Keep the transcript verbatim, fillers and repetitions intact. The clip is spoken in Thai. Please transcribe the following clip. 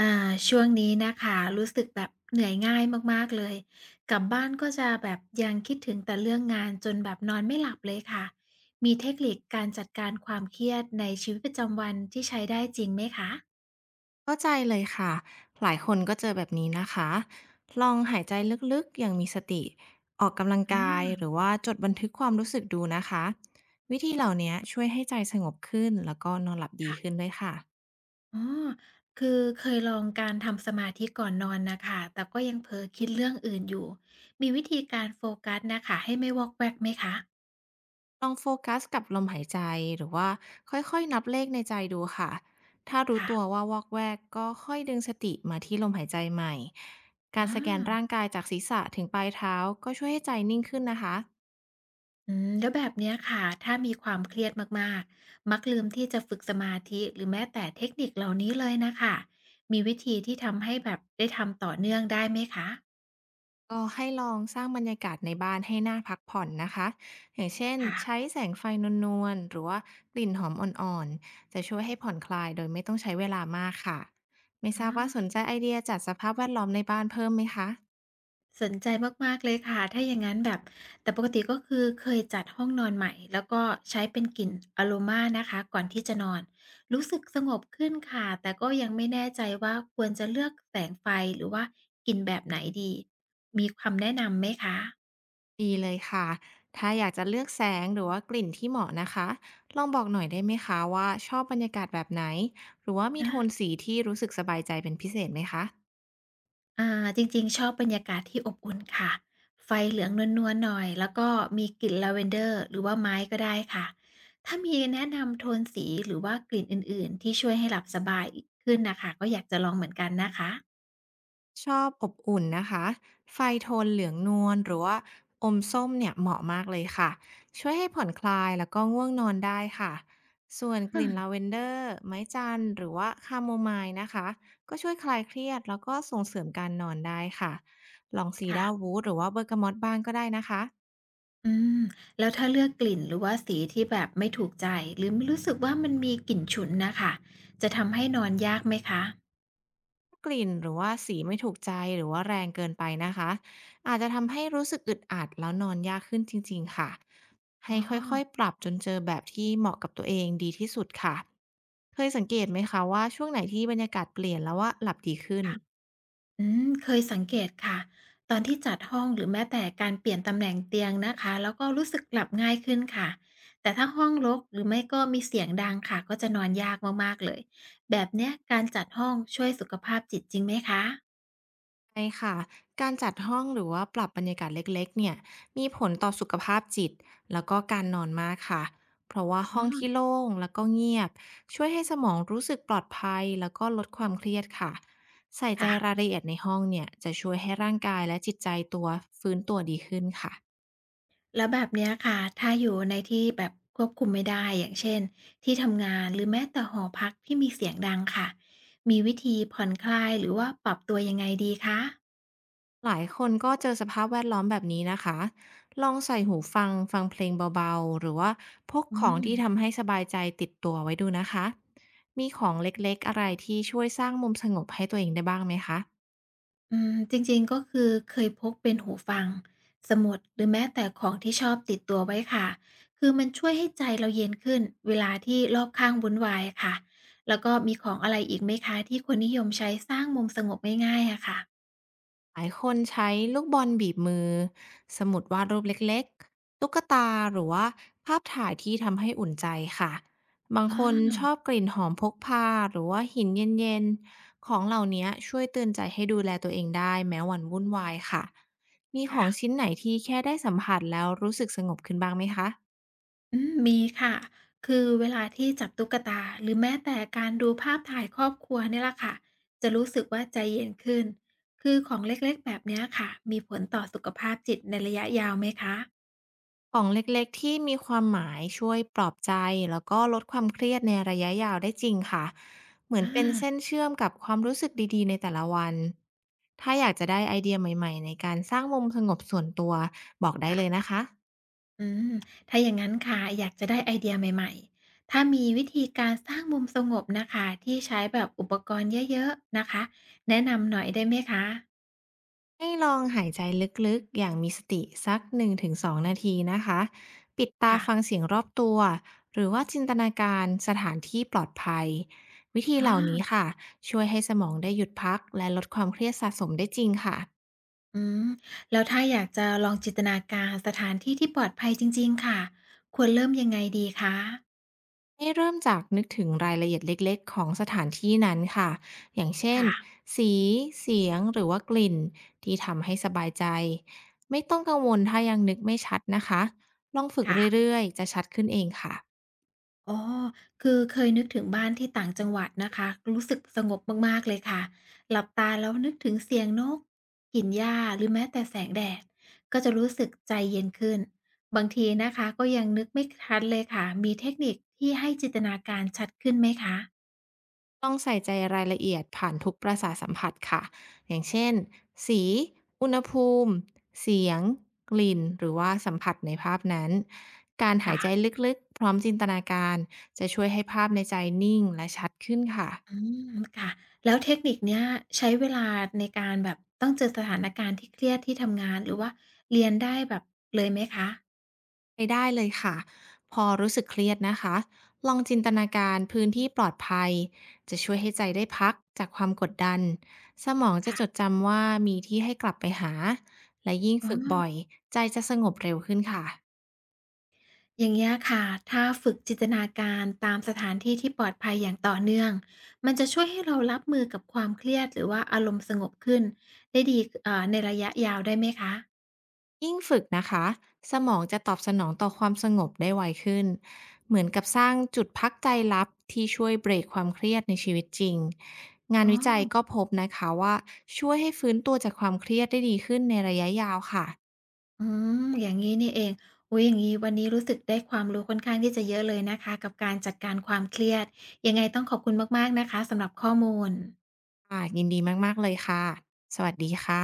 อ่าช่วงนี้นะคะรู้สึกแบบเหนื่อยง่ายมากๆเลยกลับบ้านก็จะแบบยังคิดถึงแต่เรื่องงานจนแบบนอนไม่หลับเลยค่ะมีเทคนิคการจัดการความเครียดในชีวิตประจำวันที่ใช้ได้จริงไหมคะเข้าใจเลยค่ะหลายคนก็เจอแบบนี้นะคะลองหายใจลึกๆอย่างมีสติออกกำลังอกายาหรือว่าจดบันทึกความรู้สึกดูนะคะวิธีเหล่านี้ช่วยให้ใจสงบขึ้นแล้วก็นอนหลับดีขึ้นค่ะด้วยค่ะอ๋อคือเคยลองการทำสมาธิก่อนนอนนะคะแต่ก็ยังเผลอคิดเรื่องอื่นอยู่มีวิธีการโฟกัสนะคะให้ไม่วอกแวกไหมคะลองโฟกัสกับลมหายใจหรือว่าค่อยๆนับเลขในใจดูค่ะถ้ารู้ตัวค่ะว่าวอกแวกก็ค่อยดึงสติมาที่ลมหายใจใหม่การอา สแกนร่างกายจากศีรษะถึงปลายเท้าก็ช่วยให้ใจนิ่งขึ้นนะคะ อืมแล้วแบบเนี้ยค่ะถ้ามีความเครียดมากๆมักลืมที่จะฝึกสมาธิหรือแม้แต่เทคนิคเหล่านี้เลยนะค่ะมีวิธีที่ทำให้แบบได้ทำต่อเนื่องได้ไหมคะก็ให้ลองสร้างบรรยากาศในบ้านให้น่าพักผ่อนนะคะอย่างเช่นค่ะใช้แสงไฟนวลๆหรือว่ากลิ่นหอมอ่อนๆจะช่วยให้ผ่อนคลายโดยไม่ต้องใช้เวลามากค่ะไม่ทราอาบว่าสนใจไอเดียจัดสภาพแวดล้อมในบ้านเพิ่มไหมคะสนใจมากๆเลยค่ะถ้าอย่างงั้นแบบแต่ปกติก็คือเคยจัดห้องนอนใหม่แล้วก็ใช้เป็นกลิ่นอะโรมานะคะก่อนที่จะนอนรู้สึกสงบขึ้นค่ะแต่ก็ยังไม่แน่ใจว่าควรจะเลือกแสงไฟหรือว่ากลิ่นแบบไหนดีมีคำแนะนำไหมคะ ดีเลยค่ะถ้าอยากจะเลือกแสงหรือว่ากลิ่นที่เหมาะนะคะลองบอกหน่อยได้ไหมคะว่าชอบบรรยากาศแบบไหนหรือว่ามีโทนสีที่รู้สึกสบายใจเป็นพิเศษไหมคะ อ่าจริงๆชอบบรรยากาศที่อบอุ่นค่ะไฟเหลืองนวลๆหน่อยแล้วก็มีกลิ่นลาเวนเดอร์หรือว่าไม้ก็ได้ค่ะถ้ามีแนะนำโทนสีหรือว่ากลิ่นอื่นๆที่ช่วยให้หลับสบายขึ้นน่ะค่ะก็อยากจะลองเหมือนกันนะคะชอบอบอุ่นนะคะไฟโทนเหลืองนวลหรือว่าอมส้มเนี่ยเหมาะมากเลยค่ะช่วยให้ผ่อนคลายแล้วก็ง่วงนอนได้ค่ะส่วนกลิ่นลาค่ะเวนเดอร์ไม้จันทร์หรือว่าคาโมไมล์นะคะก็ช่วยคลายเครียดแล้วก็ส่งเสริมการนอนได้ค่ะลองซีดาร์ค่ะวูดหรือว่าเบอร์กามอตบ้างก็ได้นะคะ อืมแล้วถ้าเลือกกลิ่นหรือว่าสีที่แบบไม่ถูกใจหรือรู้สึกว่ามันมีกลิ่นฉุนน่ะค่ะจะทำให้นอนยากไหมคะกลิ่นหรือว่าสีไม่ถูกใจหรือว่าแรงเกินไปนะคะอาจจะทำให้รู้สึกอึดอัดแล้วนอนยากขึ้นจริงๆค่ะอ๋ให้อ ค่อยๆปรับจนเจอแบบที่เหมาะกับตัวเองดีที่สุดค่ะเคยสังเกตไหมคะว่าช่วงไหนที่บรรยากาศเปลี่ยนแล้วว่าหลับดีขึ้น อืมเคยสังเกตค่ะตอนที่จัดห้องหรือแม้แต่การเปลี่ยนตำแหน่งเตียงนะคะแล้วก็รู้สึกหลับง่ายขึ้นค่ะแต่ถ้าห้องรกหรือไม่ก็มีเสียงดังค่ะก็จะนอนยากมากๆเลยแบบเนี้ยการจัดห้องช่วยสุขภาพจิตจริงไหมคะใช่ค่ะการจัดห้องหรือว่าปรับบรรยากาศเล็กๆเนี่ยมีผลต่อสุขภาพจิตแล้วก็การนอนมากค่ะ เพราะว่าอ๋ห้องที่อโล่งแล้วก็เงียบช่วยให้สมองรู้สึกปลอดภัยแล้วก็ลดความเครียดค่ะ ใส่ใจค่ะรายละเอียดในห้องเนี่ยจะช่วยให้ร่างกายและจิตใจตัวฟื้นตัวดีขึ้นค่ะ แล้วแบบเนี้ยค่ะถ้าอยู่ในที่แบบควบคุมไม่ได้อย่างเช่นที่ทำงานหรือแม้แต่หอพักที่มีเสียงดังค่ะมีวิธีผ่อนคลายหรือว่าปรับตัวยังไงดีคะหลายคนก็เจอสภาพแวดล้อมแบบนี้นะคะ ลองใส่หูฟังฟังเพลงเบาๆ หรือว่าพกอืของที่ทำม ให้สบายใจติดตัวไว้ดูนะคะ มีของเล็กๆ อะไรที่ช่วยสร้างมุมสงบให้ตัวเองได้บ้างไหมคะ อืมจริงๆก็คือเคยพกเป็นหูฟังสมุดหรือแม้แต่ของที่ชอบติดตัวไว้ค่ะคือมันช่วยให้ใจเราเย็นขึ้นเวลาที่รอบข้างวุ่นวายอะค่ะแล้วก็มีของอะไรอีกไหมคะที่คนนิยมใช้สร้างมุมสงบง่ายๆอะค่ะหลายคนใช้ลูกบอลบีบมือสมุดวาดรูปเล็กๆตุ๊กตาหรือว่าภาพถ่ายที่ทำให้อุ่นใจค่ะบางอ๋อคนชอบกลิ่นหอมพกพาหรือว่าหินเย็นๆของเหล่านี้ช่วยเตือนใจให้ดูแลตัวเองได้แม้วันวุ่นวายค่ะมีขอค่ะงชิ้นไหนที่แค่ได้สัมผัสแล้วรู้สึกสงบขึ้นบ้างไหมคะ อืมมีค่ะคือเวลาที่จับตุ๊กตาหรือแม้แต่การดูภาพถ่ายครอบครัวเนี่ยล่ะค่ะจะรู้สึกว่าใจเย็นขึ้นคือของเล็กๆแบบเนี้ยค่ะมีผลต่อสุขภาพจิตในระยะยาวไหมคะของเล็กๆที่มีความหมายช่วยปลอบใจแล้วก็ลดความเครียดในระยะยาวได้จริงค่ะเหมือนเป็นเส้อา นเชื่อมกับความรู้สึกดีๆในแต่ละวันถ้าอยากจะได้ไอเดียใหม่ๆในการสร้างมุมสงบส่วนตัวบอกได้เลยค่ะนะคะอืมถ้าอย่างงั้นค่ะอยากจะได้ไอเดียใหม่ๆ ถ้ามีวิธีการสร้างมุมสงบนะคะที่ใช้แบบอุปกรณ์เยอะๆนะคะแนะนำหน่อยได้ไหมคะให้ลองหายใจลึกๆอย่างมีสติสักหนึ่งถึงสองนงถึงสองนาทีนะคะปิดตาค่ะฟังเสียงรอบตัวหรือว่าจินตนาการสถานที่ปลอดภัยวิธีอาเหล่าอนี้ค่ะช่วยให้สมองได้หยุดพักและลดความเครียดสะสมได้จริงค่ะ อืมแล้วถ้าอยากจะลองจินตนาการสถานที่ที่ปลอดภัยจริงๆค่ะควรเริ่มยังไงดีคะให้เริ่มจากนึกถึงรายละเอียดเล็กๆของสถานที่นั้นค่ะอย่างเช่น ค่ะสีเสียงหรือว่ากลิ่นที่ทำให้สบายใจ ไม่ต้องกังวลถ้ายังนึกไม่ชัดนะคะลองฝึกค่ะ เรื่อยๆจะชัดขึ้นเองค่ะอ๋อ คือเคยนึกถึงบ้านที่ต่างจังหวัดนะคะ รู้สึกสงบมากๆ เลยค่ะหลับตาแล้วนึกถึงเสียงนกกลิ่นหญ้าหรือแม้แต่แสงแดดก็จะรู้สึกใจเย็นขึ้น บางทีนะคะก็ยังนึกไม่ทันเลยค่ะมีเทคนิคที่ให้จินตนาการชัดขึ้นไหมคะต้องใส่ใจรายละเอียดผ่านทุกประสาทสัมผัสค่ะอย่างเช่น สี อุณหภูมิเสียงกลิ่นหรือว่าสัมผัสในภาพนั้นการหายใจค่ะลึกๆพร้อมจินตนาการจะช่วยให้ภาพในใจนิ่งและชัดขึ้นค่ะ อืมค่ะแล้วเทคนิคเนี้ยใช้เวลาในการแบบต้องเจอสถานการณ์ที่เครียดที่ทำงานหรือว่าเรียนได้แบบเลยไหมคะไปได้เลยค่ะพอรู้สึกเครียดนะคะลองจินตนาการพื้นที่ปลอดภัยจะช่วยให้ใจได้พักจากความกดดันสมองจะจดค่ะจำว่ามีที่ให้กลับไปหาและยิ่งอ๋อ ฝึกบ่อยใจจะสงบเร็วขึ้นค่ะอย่างเงี้ยค่ะถ้าฝึกจินตนาการตามสถานที่ที่ปลอดภัยอย่างต่อเนื่องมันจะช่วยให้เรารับมือกับความเครียดหรือว่าอารมณ์สงบขึ้นได้ดีเอ่อในระยะยาวได้ไหมคะยิ่งฝึกนะคะสมองจะตอบสนองต่อความสงบได้ไวขึ้นเหมือนกับสร้างจุดพักใจลับที่ช่วยเบรกความเครียดในชีวิตจริงงานอ๋อวิจัยก็พบนะคะว่าช่วยให้ฟื้นตัวจากความเครียดได้ดีขึ้นในระยะยาวค่ะ อืมอย่างงี้นี่เองอุ๊ยอย่างงี้วันนี้รู้สึกได้ความรู้ค่อนข้างที่จะเยอะเลยนะคะกับการจัดการความเครียดยังไงต้องขอบคุณมากๆนะคะสำหรับข้อมูลค่ะยินดีมากๆเลยค่ะ สวัสดีค่ะ